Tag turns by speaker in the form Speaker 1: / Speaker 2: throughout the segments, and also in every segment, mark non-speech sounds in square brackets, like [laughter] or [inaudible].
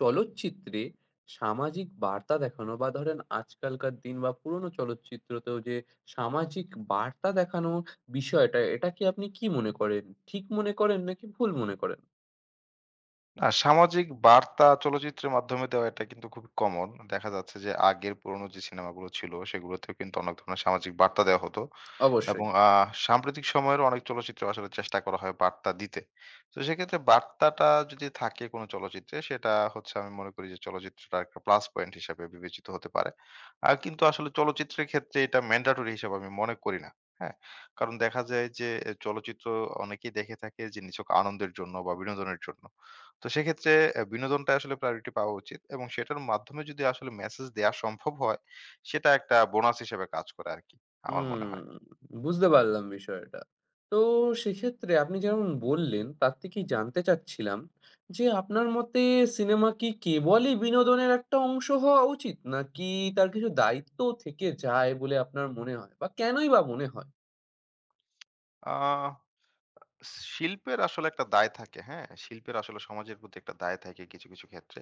Speaker 1: চলচ্চিত্রে সামাজিক বার্তা দেখানো বা ধরেন আজকালকার দিন বা পুরনো চলচ্চিত্রতেও যে সামাজিক বার্তা দেখানো বিষয়টা, এটা আপনি কি মনে করেন? ঠিক মনে করেন নাকি ভুল মনে করেন?
Speaker 2: না, সামাজিক বার্তা চলচ্চিত্রের মাধ্যমে দেওয়া এটা কিন্তু খুবই কমন। দেখা যাচ্ছে যে আগের পুরনো যে সিনেমাগুলো ছিল সেগুলোতেও কিন্তু অনেক ধরনের সামাজিক বার্তা দেওয়া হতো।
Speaker 1: অবশ্যই।
Speaker 2: এবং সাম্প্রতিক সময়ের অনেক চলচ্চিত্রে আসলে চেষ্টা করা হয় বার্তা দিতে। তো সেক্ষেত্রে বার্তাটা যদি থাকে কোনো চলচ্চিত্রে সেটা হচ্ছে আমি মনে করি যে চলচ্চিত্রটা একটা প্লাস পয়েন্ট হিসেবে বিবেচিত হতে পারে। কিন্তু আসলে চলচ্চিত্রের ক্ষেত্রে এটা ম্যান্ডেটরি হিসেবে আমি মনে করি না। হ্যাঁ? কারণ দেখা যায় যে এ চলচ্চিত্র অনেকেই দেখে থাকে যে নিছক আনন্দের জন্য বা বিনোদনের জন্য। তো সেক্ষেত্রে বিনোদনটা আসলে প্রায়োরিটি পাওয়া উচিত এবং সেটার মাধ্যমে যদি আসলে মেসেজ দেয়া সম্ভব হয়, সেটা একটা বোনাস হিসেবে কাজ করে আরকি, আমার মনে
Speaker 1: হুম,
Speaker 2: হয়।
Speaker 1: বুঝতে পারলাম বিষয়টা। তো সেক্ষেত্রে আপনি যেমন বললেন, তার থেকেই জানতে চাচ্ছিলাম যে আপনার মতে সিনেমা কি কেবলই বিনোদনের একটা অংশ হওয়া উচিত? নাকি তার কিছু দায়িত্বও থেকে যায় বলে আপনার মনে হয়? বা কেনই বা মনে হয়?
Speaker 2: আ শিল্পের আসলে একটা দায় থাকে, হ্যাঁ? শিল্পের আসলে সমাজের প্রতি একটা দায় থাকে কিছু, কিছু ক্ষেত্রে।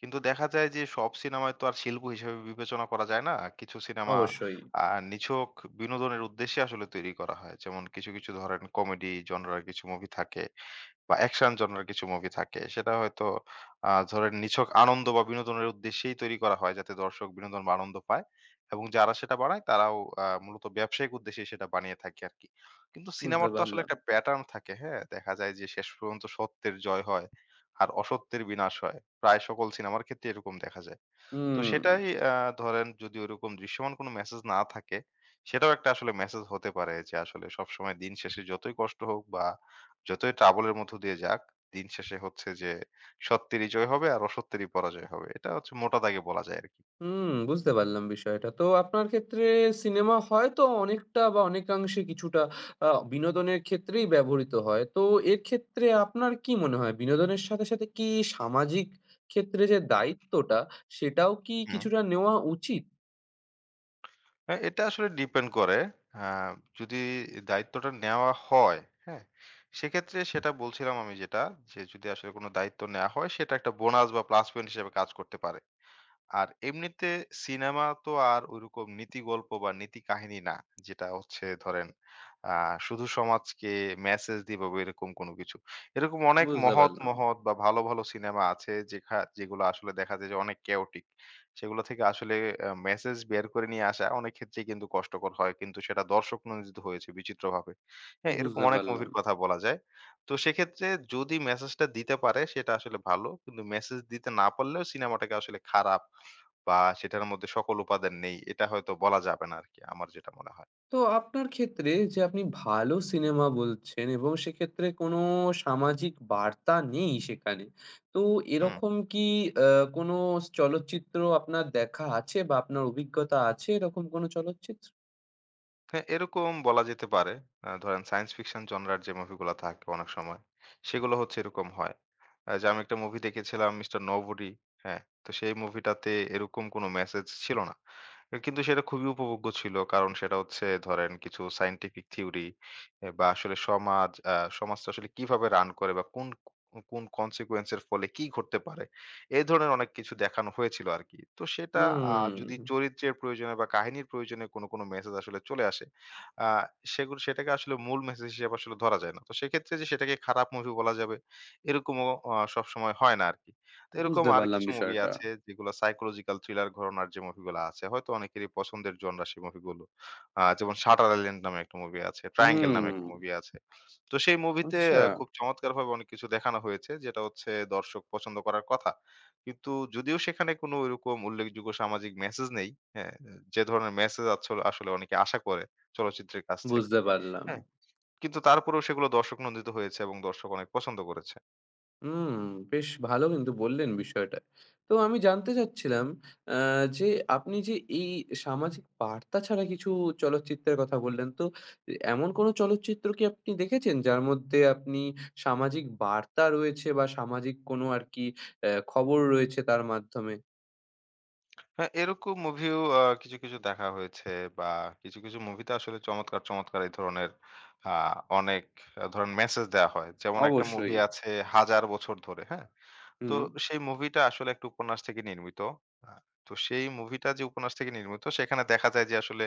Speaker 2: কিন্তু দেখা যায় যে সব সিনেমায় তো আর শিল্প হিসেবে বিবেচনা করা যায় না। কিছু সিনেমা
Speaker 1: অবশ্যই,
Speaker 2: আ নিছক বিনোদনের উদ্দেশ্যে আসলে তৈরি করা হয়। যেমন কিছু, কিছু ধরেন কমেডি জনরার কিছু মুভি থাকে। বা অ্যাকশন জনরার কিছু মুভি থাকে সেটা হয়তো ধরেন নিছক আনন্দ বা বিনোদনের উদ্দেশ্যেই তৈরি করা হয় যাতে দর্শক বিনোদন বা আনন্দ পায় এবং যারা সেটা বানায় তারাও মূলত ব্যবসায়িক উদ্দেশ্যে সেটা বানিয়ে থাকে আরকি। কিন্তু
Speaker 1: বুঝতে
Speaker 2: সিনেমার তো আসলে
Speaker 1: পারলাম।
Speaker 2: একটা প্যাটার্ন থাকে, হ্যাঁ? দেখা যায় যে শেষ পর্যন্ত সত্যের জয় হয় আর অসত্যের বিনাশ হয়। প্রায় সকল সিনেমার ক্ষেত্রে এরকম দেখা যায়। তো
Speaker 1: হুম,
Speaker 2: সেটাই আ ধরেন যদি ওরকম দৃশ্যমান কোনো মেসেজ না থাকে, সেটাও একটা আসলে মেসেজ হতে পারে যে আসলে সবসময় দিন শেষে যতই কষ্ট হোক বা যতই ট্রাবল এর মধ্য দিয়ে যাক, দিন শেষে হচ্ছে যে সত্যেরই জয় হবে আর অসত্যেরই পরাজয় হবে। এটা হচ্ছে মোটা দাগে বলা যায় আরকি।
Speaker 1: হুম, বুঝতে পারলাম বিষয়টা। তো আপনার ক্ষেত্রে সিনেমা হয়তো অনেকটা বা অনেকাংশে কিছুটা বিনোদনের ক্ষেত্রেই ব্যবহৃত হয়। তো এর ক্ষেত্রে আপনার কি মনে হয় বিনোদনের সাথে কি সামাজিক ক্ষেত্রে যে দায়িত্বটা সেটাও কি
Speaker 2: হুম।
Speaker 1: কিছুটা নেওয়া উচিত?
Speaker 2: এটা আসলে ডিপেন্ড করে। আ যদি দায়িত্বটা নেওয়া হয়, হ্যাঁ? সেক্ষেত্রে সেটা বলছিলাম আমি যেটা, যে যদি আসলে কোনো দায়িত্ব নেয়া হয় সেটা একটা বোনাস বা প্লাস পয়েন্ট হিসেবে কাজ করতে পারে। আর এমনিতে সিনেমা তো আর ঐরকম নীতি গল্প বা নীতি কাহিনী না। যেটা হচ্ছে ধরেন আ শুধু সমাজকে মেসেজ দিবে বা এরকম কোনো কিছু। এরকম অনেক
Speaker 1: বুঝতে
Speaker 2: মহৎ,
Speaker 1: পারলাম,
Speaker 2: মহৎ বা ভালো, ভালো সিনেমা আছে যেগুলো আসলে দেখা যায় যে অনেক chaotic সেগুলো থেকে আসলে মেসেজ বের করে নিয়ে আসা অনেক ক্ষেত্রেই কিন্তু কষ্টকর হয়। কিন্তু সেটা দর্শক নন্দিত হয়েছে বিচিত্রভাবে। হ্যাঁ? এরকম
Speaker 1: বুঝতে
Speaker 2: অনেক
Speaker 1: পারলাম।
Speaker 2: মুভির কথা বলা যায়। তো সেক্ষেত্রে যদি মেসেজটা দিতে পারে সেটা আসলে ভালো। কিন্তু মেসেজ দিতে না পারলেও সিনেমাটাকে আসলে খারাপ বা সেটার মধ্যে সকল উপাদান নেই, এটা হয়তো বলা যাবে না আরকি। আমার যেটা মনে হয়।
Speaker 1: তো আপনার ক্ষেত্রে যে আপনি ভালো সিনেমা বলছেন এবং সেক্ষেত্রে কোনো সামাজিক বার্তা নেই সেখানে। তো
Speaker 2: হুম।
Speaker 1: এরকম কি আ কোনো চলচ্চিত্র আপনার দেখা আছে বা আপনার অভিজ্ঞতা আছে এরকম কোনো চলচ্চিত্র?
Speaker 2: হ্যাঁ, এরকম বলা যেতে পারে। ধরেন সায়েন্স ফিকশন জনরার যে মুভিগুলা থাকে অনেক সময়, সেগুলো হচ্ছে এরকম হয়। যে আমি একটা মুভি দেখেছিলাম 'মিস্টার নোবডি', হ্যাঁ? তো সেই মুভিটাতে এরকম কোনো মেসেজ ছিল না। কিন্তু সেটা খুবই উপভোগ্য ছিল। কারণ সেটা হচ্ছে ধরেন কিছু সায়েন্টিফিক থিওরি এ বা আসলে সমাজ সমাজটা আসলে কিভাবে রান করে বা কোন কনসিকুয়েন্স এর ফলে কি ঘটতে পারে? এই ধরনের অনেক কিছু দেখানো হয়েছিল আরকি। তো সেটা যদি
Speaker 1: হুম,
Speaker 2: চরিত্রের প্রয়োজনে বা কাহিনীর প্রয়োজনে কোনো মেসেজ আসলে চলে আসে, আ সেগুলো সেটাকে আসলে মূল মেসেজ হিসেবে আসলে ধরা যায় না। তো সেক্ষেত্রে যে সেটাকে খারাপ মুভি বলা যাবে এরকমও সবসময় হয় না আরকি। তো এরকম
Speaker 1: বুঝতে
Speaker 2: আর
Speaker 1: পারলাম
Speaker 2: কিছু মুভি
Speaker 1: বিষয়টা।
Speaker 2: আছে যেগুলো সাইকোলজিক্যাল থ্রিলার ঘরানার যে মুভিগুলা আছে হয়তো অনেকেরই পছন্দের জনরা সেই মুভিগুলো। যেমন 'শাটার আইল্যান্ড' নামে একটা মুভি আছে, 'ট্রায়াঙ্গেল'
Speaker 1: হুম,
Speaker 2: নামে একটা মুভি আছে। তো সেই মুভিতে
Speaker 1: আচ্ছা,
Speaker 2: খুব চমৎকারভাবে অনেক কিছু দেখানো হয়েছে যেটা হচ্ছে দর্শক পছন্দ করার কথা। কিন্তু যদিও সেখানে কোনো ওইরকম উল্লেখযোগ্য সামাজিক মেসেজ নেই, হ্যাঁ? যে ধরনের মেসেজ আসলে অনেকে আশা করে চলচ্চিত্রের কাছ থেকে,
Speaker 1: বুঝতে পারলাম।
Speaker 2: হ্যাঁ? কিন্তু তারপরেও সেগুলো দর্শক নন্দিত হয়েছে এবং দর্শক অনেক পছন্দ করেছে।
Speaker 1: হুম, বেশ ভালো কিন্তু বললেন বিষয়টা। তো আমি জানতে চাচ্ছিলাম আ যে আপনি যে এই সামাজিক বার্তা ছাড়া কিছু চলচ্চিত্রের কথা বললেন। তো এমন কোনো চলচ্চিত্র কি আপনি দেখেছেন যার মধ্যে আপনি সামাজিক বার্তা রয়েছে বা সামাজিক কোনো আরকি খবর রয়েছে তার মাধ্যমে?
Speaker 2: হ্যাঁ, এরকম মুভিও কিছু, কিছু দেখা হয়েছে বা কিছু, কিছু মুভিতে আসলে চমৎকার, চমৎকার এই ধরনের আ অনেক ধরেন মেসেজ দেয়া হয়। যেমন একটা মুভি
Speaker 1: অবশ্যই।
Speaker 2: আছে 'হাজার বছর ধরে', হ্যাঁ? তো
Speaker 1: হুম,
Speaker 2: সেই মুভিটা আসলে একটা উপন্যাস থেকে নির্মিত। আ তো সেই মুভিটা যে উপন্যাস থেকে নির্মিত সেখানে দেখা যায় যে আসলে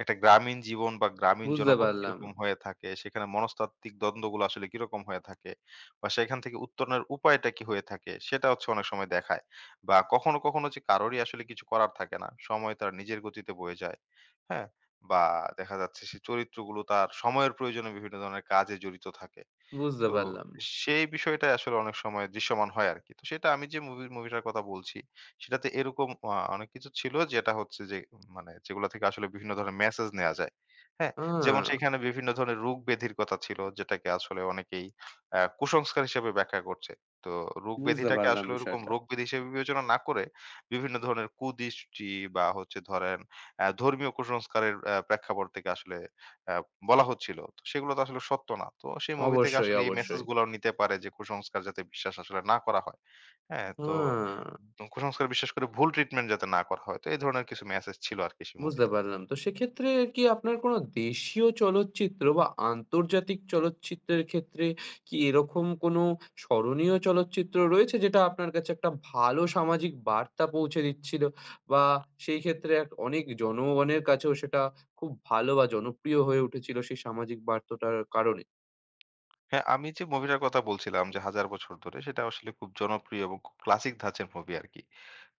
Speaker 2: একটা গ্রামীণ জীবন বা গ্রামীণ
Speaker 1: বুঝতে
Speaker 2: জনপদ
Speaker 1: পারলাম,
Speaker 2: কিরকম হয়ে থাকে, সেখানে মনস্তাত্ত্বিক দ্বন্দ্বগুলো আসলে কিরকম হয়ে থাকে বা সেখান থেকে উত্তরণের উপায়টা কি হয়ে থাকে সেটা হচ্ছে অনেক সময় দেখায়। বা কখনো, কখনো যে কারোরই আসলে কিছু করার থাকে না। সময় তার নিজের গতিতে বয়ে যায়। হ্যাঁ? বা দেখা যাচ্ছে সে চরিত্রগুলো তার সময়ের প্রয়োজনে বিভিন্ন ধরনের কাজে জড়িত থাকে।
Speaker 1: বুঝতে
Speaker 2: তো
Speaker 1: পারলাম।
Speaker 2: সেই বিষয়টাই আসলে অনেক সময় দৃশ্যমান হয় আরকি। তো সেটা আমি যে মুভিটার কথা বলছি, সেটাতে এরকম অনেক কিছু ছিল যেটা হচ্ছে যে মানে যেগুলা থেকে আসলে বিভিন্ন ধরনের মেসেজ নেয়া যায়। হ্যাঁ?
Speaker 1: আ
Speaker 2: যেমন সেখানে বিভিন্ন ধরনের রোগ ব্যাধির কথা ছিল যেটাকে আসলে অনেকেই কুসংস্কার হিসেবে ব্যাখ্যা করছে। তো রোগ
Speaker 1: বুঝতে
Speaker 2: ব্যাধিটাকে
Speaker 1: পারলাম
Speaker 2: আসলে ওরকম
Speaker 1: বিষয়টা।
Speaker 2: রোগ ব্যাধি হিসেবে বিবেচনা না করে বিভিন্ন ধরনের কুদৃষ্টি বা হচ্ছে ধরেন ধর্মীয় কুসংস্কারের প্রেক্ষাপট থেকে আসলে অ্যা বলা হচ্ছিল। তো সেগুলো তো আসলে সত্য না। তো সেই মুভি থেকে
Speaker 1: অবশ্যই,
Speaker 2: আসলে এই মেসেজ
Speaker 1: অবশ্যই।
Speaker 2: গুলাও নিতে পারে যে কুসংস্কার যাতে বিশ্বাস আসলে না করা হয়। হ্যাঁ?
Speaker 1: আ
Speaker 2: তো কুসংস্কার বিশ্বাস করে ভুল ট্রিটমেন্ট যাতে না করা হয়। তো এই ধরনের কিছু মেসেজ ছিল আরকি সেই
Speaker 1: বুঝতে
Speaker 2: মুভিতে।
Speaker 1: পারলাম। তো সেক্ষেত্রে কি আপনার কোনো দেশীয় চলচ্চিত্র বা আন্তর্জাতিক চলচ্চিত্রের ক্ষেত্রে কি এরকম কোনো স্মরণীয় চলচ্চিত্র রয়েছে যেটা আপনার কাছে একটা ভালো সামাজিক বার্তা পৌঁছে দিচ্ছিল? বা সেই ক্ষেত্রে এক অনেক জনগণের কাছেও সেটা খুব ভালো বা জনপ্রিয় হয়ে উঠেছিল সেই সামাজিক বার্তাটার কারণে?
Speaker 2: হ্যাঁ, আমি যে মুভিটার কথা বলছিলাম যে 'হাজার বছর ধরে' সেটা আসলে খুব জনপ্রিয় এবং খুব ক্লাসিক ধাঁচের মুভি আরকি।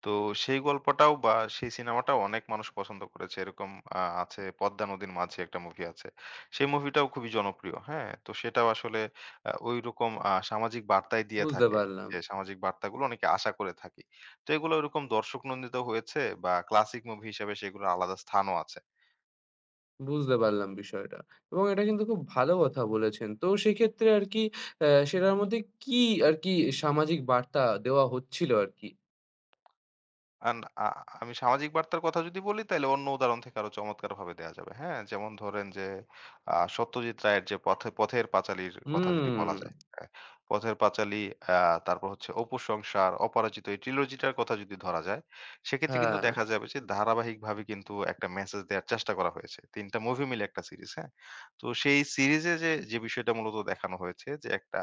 Speaker 2: তো সেই গল্পটাও বা সেই সিনেমাটাও অনেক মানুষ পছন্দ করেছে। এরকম আছে 'পদ্মা নদীর মাঝি' একটা মুভি আছে। সেই মুভিটাও খুবই জনপ্রিয়। হ্যাঁ? তো সেটাও আসলে ঐরকম সামাজিক বার্তাই দিয়ে
Speaker 1: বুঝতে
Speaker 2: থাকে।
Speaker 1: পারলাম।
Speaker 2: যে সামাজিক বার্তাগুলো অনেকে আশা করে থাকি। তো এগুলো ওরকম দর্শক নন্দিত হয়েছে বা ক্লাসিক মুভি হিসেবে সেগুলোর আলাদা স্থানও আছে।
Speaker 1: বুঝতে পারলাম বিষয়টা। এবং এটা কিন্তু খুব ভালো কথা বলেছেন। তো সেক্ষেত্রে আরকি সেটার মধ্যে কি আরকি সামাজিক বার্তা দেওয়া হচ্ছিল আরকি?
Speaker 2: আন আ আমি সামাজিক বার্তার কথা যদি বলি তাইলে অন্য উদাহরণ থেকে আরো চমৎকারভাবে দেয়া যাবে। হ্যাঁ? যেমন ধরেন যে সত্যজিৎ রায়ের যে পথের পাঁচালীর কথা যদি বলা
Speaker 1: হুম,
Speaker 2: যায়। হ্যাঁ? পথের পাঁচালী, আ তারপর হচ্ছে অপুর সংসার, অপরাজিত, এই trilogy টার কথা যদি ধরা যায়, সেক্ষেত্রে কিন্তু
Speaker 1: হ্যাঁ,
Speaker 2: দেখা যাবে যে ধারাবাহিকভাবে কিন্তু একটা মেসেজ দেয়ার চেষ্টা করা হয়েছে। ৩ টা মুভি মিলে একটা সিরিজ, হ্যাঁ? তো সেই সিরিজে যে বিষয়টা মূলত দেখানো হয়েছে যে একটা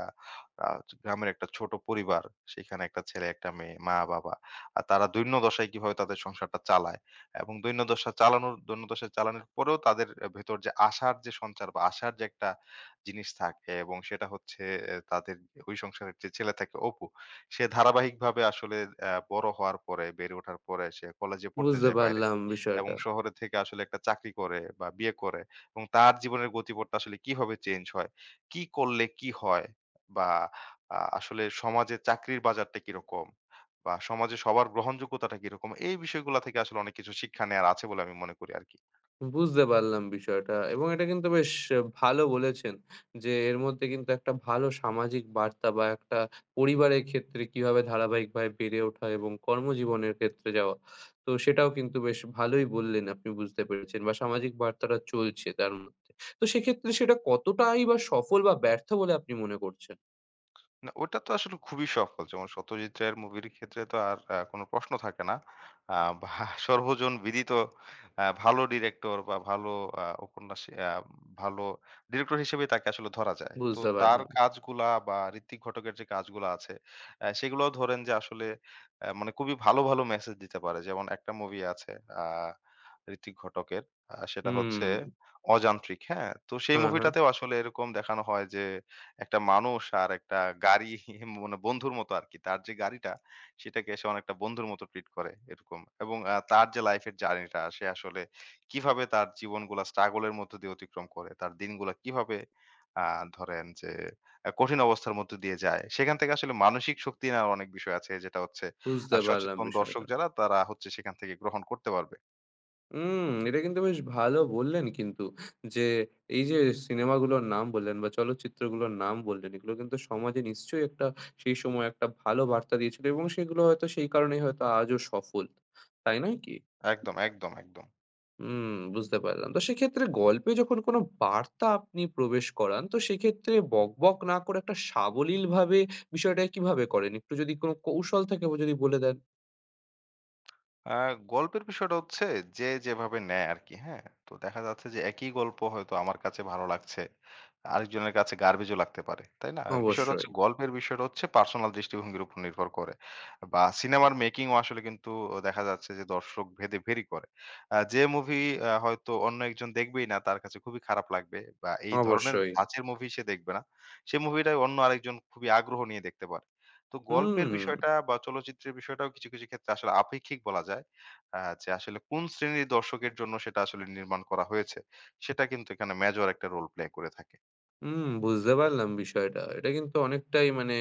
Speaker 2: আ গ্রামের একটা ছোট পরিবার, সেখানে একটা ছেলে, একটা মেয়ে, মা-বাবা আর তারা দৈন্যদশায় কিভাবে তাদের সংসারটা চালায় এবং দৈন্যদশা চালানোর পরেও তাদের ভেতর যে আশার যে সঞ্চার বা আশার যে একটা জিনিস থাকে এবং সেটা হচ্ছে এ তাদের ওই সংসারের যে ছেলে থাকে অপু, সে ধারাবাহিকভাবে আসলে বড় হওয়ার পরে, বেড়ে ওঠার পরে সে কলেজে পড়তে
Speaker 1: বুঝতে
Speaker 2: যায় বাইরে
Speaker 1: পারলাম
Speaker 2: এবং
Speaker 1: বিষয়টা।
Speaker 2: শহরে থেকে আসলে একটা চাকরি করে বা বিয়ে করে এবং তার জীবনের গতিপথটা আসলে কিভাবে চেঞ্জ হয়, কি করলে কি হয় বা আসলে সমাজে চাকরির বাজারটা কিরকম বা সমাজে সবার গ্রহণযোগ্যতাটা কিরকম? এই বিষয়গুলা থেকে আসলে অনেক কিছু শিক্ষা নেয়ার আছে বলে আমি মনে করি আরকি।
Speaker 1: বুঝতে পারলাম বিষয়টা এবং এটা কিন্তু বেশ ভালো বলেছেন যে এর মধ্যে কিন্তু একটা ভালো সামাজিক বার্তা বা একটা পরিবারের ক্ষেত্রে কিভাবে ধারাবাহিকভাবে বেড়ে ওঠা এবং কর্মজীবনের ক্ষেত্রে যাওয়া। তো সেটাও কিন্তু বেশ ভালোই বললেন আপনি বুঝতে পেরেছেন বা সামাজিক বার্তাটা চলছে তার মধ্যে। তো সেক্ষেত্রে সেটা কতটাই বা সফল বা ব্যর্থ বলে আপনি মনে করছেন?
Speaker 2: না, ওটা তো আসলে খুবই সফল। যেমন 'সত্যজিৎ রায়ের' মুভির ক্ষেত্রে তো আর কোনো প্রশ্ন থাকে না। আ বা [laughs] সর্বজন বিদিত ভালো ডিরেক্টর বা ভালো উপন্যাসী ভালো ডিরেক্টর হিসেবেই তাকে আসলে ধরা যায়। তো
Speaker 1: বুঝতে
Speaker 2: তার
Speaker 1: পারলাম।
Speaker 2: কাজগুলা বা ঋত্বিক ঘটকের যে কাজগুলা আছে, সেগুলাও ধরেন যে আসলে মানে খুবই ভালো, ভালো মেসেজ দিতে পারে। যেমন একটা মুভি আছে আ ঋত্বিক ঘটকের। সেটা হচ্ছে
Speaker 1: হুম।
Speaker 2: 'অযান্ত্রিক', হ্যাঁ? তো সেই
Speaker 1: হ্যাঁ, হ্যাঁ।
Speaker 2: মুভিটাতেও আসলে এরকম দেখানো হয় যে একটা মানুষ আর একটা গাড়ি [laughs] মানে বন্ধুর মতো আরকি। তার যে গাড়িটা সেটাকে সে অনেকটা বন্ধুর মতো ট্রিট করে এরকম। এবং তার যে লাইফের জার্নিটা সে আসলে কিভাবে তার জীবনগুলা স্ট্রাগল এর মধ্য দিয়ে অতিক্রম করে, তার দিনগুলা কিভাবে আ ধরেন যে কঠিন অবস্থার মধ্য দিয়ে যায়। সেখান থেকে আসলে মানসিক শক্তি নেওয়ার অনেক বিষয় আছে যেটা হচ্ছে
Speaker 1: বুঝতে পারলাম
Speaker 2: সচেতন দর্শক
Speaker 1: বিষয়টা।
Speaker 2: যারা তারা হচ্ছে সেখান থেকে গ্রহণ করতে পারবে।
Speaker 1: হুম, এটা কিন্তু বেশ ভালো বললেন কিন্তু যে, এই যে সিনেমাগুলোর নাম বললেন বা চলচ্চিত্রগুলোর নাম বললেন, এগুলো কিন্তু সমাজে নিশ্চয়ই একটা সেই সময় একটা ভালো বার্তা দিয়েছিল এবং সেগুলো হয়তো সেই কারণেই হয়তো আজও সফল। তাই নয় কি?
Speaker 2: একদম, একদম, একদম।
Speaker 1: হুম, বুঝতে পারলাম। তো সেক্ষেত্রে গল্পে যখন কোনো বার্তা আপনি প্রবেশ করান, তো সেক্ষেত্রে বকবক না করে একটা সাবলীলভাবে বিষয়টা কিভাবে করেন? একটু যদি কোনো কৌশল থাকে যদি বলে দেন?
Speaker 2: আ গল্পের বিষয়টা হচ্ছে যে যেভাবে নেয় আরকি, হ্যাঁ? তো দেখা যাচ্ছে যে একই গল্প হয়তো আমার কাছে ভালো লাগছে। আরেকজনের কাছে গার্বেজও লাগতে পারে। তাই না? বিষয়টা হচ্ছে
Speaker 1: অবশ্যই,
Speaker 2: গল্পের বিষয়টা হচ্ছে পার্সোনাল দৃষ্টিভঙ্গির উপর নির্ভর করে। বা সিনেমার মেকিং ও আসলে কিন্তু দেখা যাচ্ছে যে দর্শক ভেদে ভেরি করে। যে মুভি হয়তো অন্য একজন দেখবেই না তার কাছে খুবই খারাপ লাগবে বা এই ধরনের
Speaker 1: অবশ্যই। অবশ্যই।
Speaker 2: ধাঁচের মুভি সে দেখবে না। সে মুভিটাই অন্য আরেকজন খুবই আগ্রহ নিয়ে দেখতে পারে। তো গল্পের
Speaker 1: হুম।
Speaker 2: বিষয়টা বা চলচ্চিত্রের বিষয়টাও কিছু, কিছু ক্ষেত্রে আসলে আপেক্ষিক বলা যায়। যে আসলে কোন শ্রেণীর দর্শকের জন্য সেটা আসলে নির্মাণ করা হয়েছে, সেটা কিন্তু এখানে মেজর একটা রোল প্লে করে থাকে।
Speaker 1: বুঝতে পারলাম বিষয়টা। এটা কিন্তু অনেকটাই মানে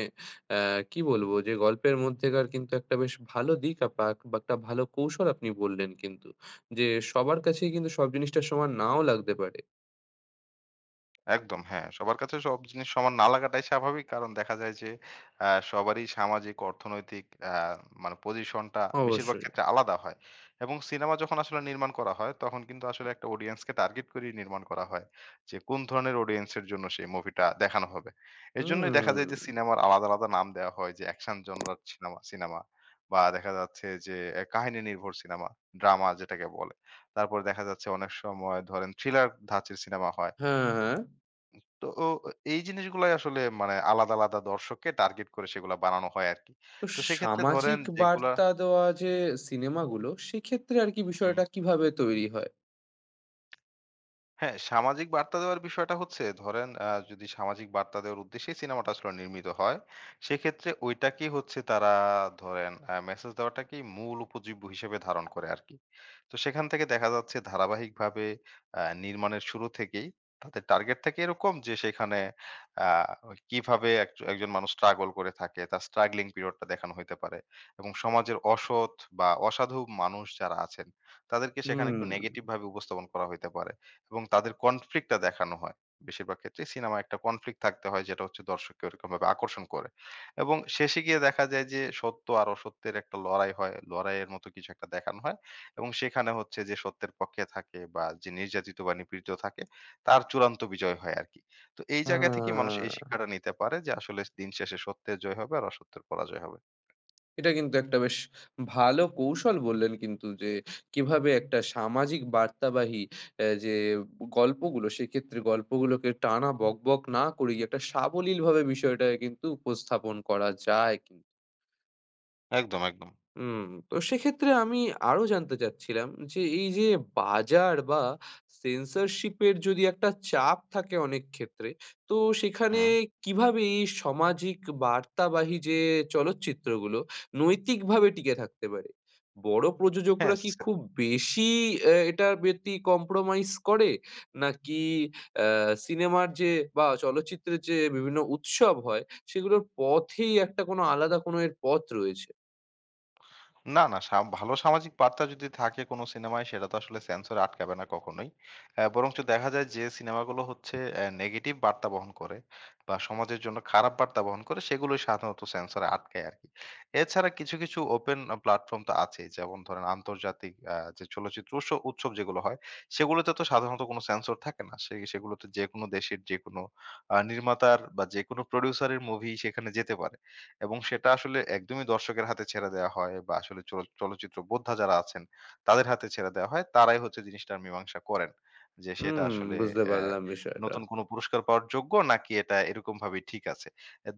Speaker 1: অ্যা কি বলবো? যে গল্পের মধ্যেকার কিন্তু একটা বেশ ভালো দিক পাক বা একটা ভালো কৌশল আপনি বললেন কিন্তু। যে সবার কাছেই কিন্তু সব জিনিসটা সমান নাও লাগতে পারে।
Speaker 2: একদম হ্যাঁ, সবার কাছে সব জিনিস সমান না লাগাটাই স্বাভাবিক। কারণ দেখা যায় যে সবারই সামাজিক, অর্থনৈতিক আ মানে পজিশনটা বেশিরভাগ
Speaker 1: অবশ্যই।
Speaker 2: ক্ষেত্রে আলাদা হয়। এবং সিনেমা যখন আসলে নির্মাণ করা হয় তখন কিন্তু আসলে একটা অডিয়েন্সকে টার্গেট করেই নির্মাণ করা হয়। যে কোন ধরনের অডিয়েন্সের জন্য সেই মুভিটা দেখানো হবে। এজন্যই দেখা যায়
Speaker 1: হুম,
Speaker 2: যে সিনেমার আলাদা, আলাদা নাম দেওয়া হয় যে অ্যাকশন জনরার সিনেমা সিনেমা বা দেখা যাচ্ছে যে এ কাহিনী নির্ভর সিনেমা, ড্রামা যেটাকে বলে। তারপরে দেখা যাচ্ছে অনেক সময় ধরেন থ্রিলার ধাঁচের সিনেমা হয়।
Speaker 1: হ্যাঁ। হ্যাঁ।
Speaker 2: তো এই জিনিসগুলাই আসলে মানে আলাদা, আলাদা দর্শককে টার্গেট করে সেগুলা বানানো হয় আরকি।
Speaker 1: তো
Speaker 2: তো সেক্ষেত্রে ধরেন
Speaker 1: সামাজিক
Speaker 2: যেগুলা
Speaker 1: বার্তা দেওয়া যে সিনেমাগুলো, সেক্ষেত্রে আর কি
Speaker 2: হুম।
Speaker 1: বিষয়টা কিভাবে তৈরি হয়?
Speaker 2: হ্যাঁ, সামাজিক বার্তা দেওয়ার বিষয়টা হচ্ছে ধরেন যদি সামাজিক বার্তা দেওয়ার উদ্দেশ্যেই সিনেমাটা আসলে নির্মিত হয়, সেক্ষেত্রে ওইটাকেই হচ্ছে তারা ধরেন মেসেজ দেওয়াটাকেই মূল উপজীব্য হিসেবে ধারণ করে আরকি। তো সেখান থেকে দেখা যাচ্ছে ধারাবাহিকভাবে নির্মাণের শুরু থেকেই তাদের টার্গেট থাকে এরকম যে সেখানে আ কিভাবে এক একজন মানুষ স্ট্রাগল করে থাকে, তার স্ট্রাগলিং পিরিয়ডটা দেখানো হইতে পারে। এবং সমাজের অসৎ বা অসাধু মানুষ যারা আছেন, তাদেরকে সেখানে একটু
Speaker 1: হুম,
Speaker 2: নেগেটিভ ভাবে উপস্থাপন করা হইতে পারে। এবং তাদের কনফ্লিক্টটা দেখানো হয়। বেশিরভাগ ক্ষেত্রে সিনেমায় একটা কনফ্লিক্ট থাকতে হয় যেটা হচ্ছে দর্শককে ওরকমভাবে আকর্ষণ করে। এবং শেষে গিয়ে দেখা যায় যে সত্য আর অসত্যের একটা লড়াই হয়। লড়াইয়ের মতো কিছু একটা দেখানো হয়। এবং সেখানে হচ্ছে যে সত্যের পক্ষে থাকে বা যে নির্যাতিত বা নিপীড়িত থাকে তার চূড়ান্ত বিজয় হয় আরকি। তো এই
Speaker 1: আ
Speaker 2: জায়গা থেকে মানুষ এই শিক্ষাটা নিতে পারে যে আসলে দিন শেষে সত্যের জয় হবে আর অসত্যের পরাজয় হবে।
Speaker 1: এটা কিন্তু একটা বেশ ভালো কৌশল বললেন কিন্তু যে কিভাবে একটা সামাজিক বার্তাবাহী যে গল্পগুলো সেক্ষেত্রে গল্পগুলোকে টানা বকবক না করে একটা সাবলীলভাবে বিষয়টাকে কিন্তু উপস্থাপন করা যায়।
Speaker 2: একদম, একদম।
Speaker 1: হুম, তো সেক্ষেত্রে আমি আরো জানতে চাচ্ছিলাম যে এই যে বাজার বা সেন্সরশিপের যদি একটা চাপ থাকে অনেক ক্ষেত্রে, তো সেখানে
Speaker 2: হুম।
Speaker 1: কিভাবে এই সামাজিক বার্তাবাহী যে চলচ্চিত্রগুলো নৈতিকভাবে টিকে থাকতে পারে? বড়
Speaker 2: হ্যাঁ।
Speaker 1: প্রযোজকরা কি খুব বেশি এটার প্রতি কম্প্রোমাইজ করে? নাকি সিনেমার যে বা চলচ্চিত্রের যে বিভিন্ন উৎসব হয় সেগুলোর পথেই একটা কোনো আলাদা কোনো এর পথ রয়েছে?
Speaker 2: না, না, ভালো সামাজিক বার্তা যদি থাকে কোনো সিনেমায় সেটা তো আসলে সেন্সর আটকাবে না কখনোই। বরঞ্চ দেখা যায় যে সিনেমাগুলো হচ্ছে নেগেটিভ বার্তা বহন করে বা সমাজের জন্য খারাপ বার্তা বহন করে সেগুলোই সাধারণত সেন্সরে আটকায় আরকি। এছাড়া কিছু, কিছু ওপেন প্ল্যাটফর্ম তো আছেই। যেমন ধরেন আন্তর্জাতিক যে চলচ্চিত্র উৎসব যেগুলো হয়, সেগুলোতে তো সাধারণত কোনো সেন্সর থাকে না। সে সেগুলোতে যেকোনো দেশের যেকোনো নির্মাতার বা যেকোনো প্রোডিউসারের মুভি সেখানে যেতে পারে। এবং সেটা আসলে একদমই দর্শকের হাতে ছেড়ে দেয়া হয় বা আসলে চলচ্চিত্র বোদ্ধা যারা আছেন তাদের হাতে ছেড়ে দেয়া হয়। তারাই হচ্ছে জিনিসটার মীমাংসা করেন। যে সেটা
Speaker 1: হুম,
Speaker 2: আসলে
Speaker 1: বুঝতে
Speaker 2: অ্যা
Speaker 1: পারলাম বিষয়টা।
Speaker 2: নতুন কোনো পুরস্কার পাওয়ার যোগ্য নাকি এটা এরকমভাবেই ঠিক আছে।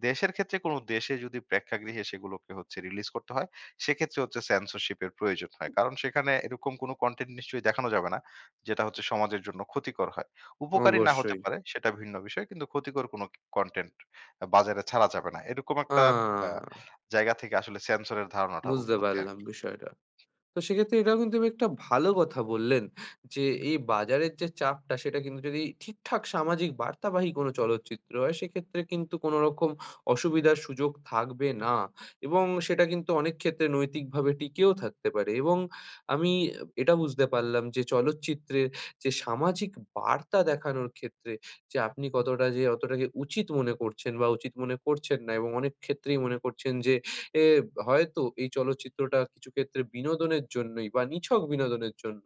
Speaker 2: দেশের ক্ষেত্রে কোনো দেশে যদি প্রেক্ষাগৃহে সেগুলোকে হচ্ছে রিলিজ করতে হয়, সেক্ষেত্রে হচ্ছে সেন্সরশিপ এর প্রয়োজন হয়। কারণ সেখানে এরকম কোনো কনটেন্ট নিশ্চয়ই দেখানো যাবে না, যেটা হচ্ছে সমাজের জন্য ক্ষতিকর হয়। উপকারী না হতে
Speaker 1: অবশ্যই।
Speaker 2: পারে সেটা ভিন্ন বিষয়। কিন্তু ক্ষতিকর কোনো কনটেন্ট বাজারে ছাড়া যাবে না। এরকম একটা আ
Speaker 1: আ
Speaker 2: জায়গা থেকে আসলে সেন্সরের ধারণাটা
Speaker 1: বুঝতে
Speaker 2: উৎপত্তি
Speaker 1: পারলাম
Speaker 2: আরকি।
Speaker 1: বিষয়টা। তো সেক্ষেত্রে এটাও কিন্তু বেশ একটা ভালো কথা বললেন যে, এই বাজারের যে চাপটা সেটা কিন্তু যদি ঠিকঠাক সামাজিক বার্তাবাহী কোনো চলচ্চিত্র হয়, সেক্ষেত্রে কিন্তু কোনো রকম অসুবিধার সুযোগ থাকবে না এবং সেটা কিন্তু অনেক ক্ষেত্রে নৈতিকভাবে টিকেও থাকতে পারে এবং আমি এটা বুঝতে পারলাম যে চলচ্চিত্রের যে সামাজিক বার্তা দেখানোর ক্ষেত্রে যে আপনি কতটা যে অতটাকে উচিত মনে করছেন বা উচিত মনে করছেন না এবং অনেক ক্ষেত্রেই মনে করছেন যে এ হয়তো এই চলচ্চিত্রটা কিছু ক্ষেত্রে বিনোদনের জন্যই বা নিছক বিনোদনের জন্য।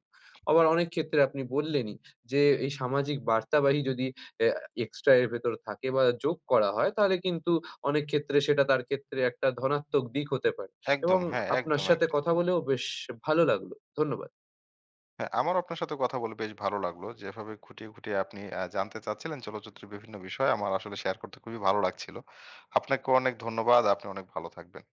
Speaker 1: আবার অনেক ক্ষেত্রে আপনি বললেনই যে এই সামাজিক বার্তাবাহী যদি অ্যা এক্সট্রা এর ভেতর থাকে বা যোগ করা হয় তাহলে কিন্তু অনেক ক্ষেত্রে সেটা তার ক্ষেত্রে একটা ধনাত্মক দিক হতে পারে। এবং
Speaker 2: একদম, হ্যাঁ,
Speaker 1: আপনার
Speaker 2: একদম,
Speaker 1: সাথে
Speaker 2: একদম।
Speaker 1: কথা বলেও বেশ ভালো লাগলো। ধন্যবাদ।
Speaker 2: হ্যাঁ, আমারও আপনার সাথে কথা বলে বেশ ভালো লাগলো। যেভাবে খুঁটিয়ে, খুঁটিয়ে আপনি জানতে চাচ্ছিলেন চলচ্চিত্রের বিভিন্ন বিষয় আমার আসলে শেয়ার করতে খুবই ভালো লাগছিল। আপনাকে অনেক ধন্যবাদ। আপনি অনেক ভালো থাকবেন।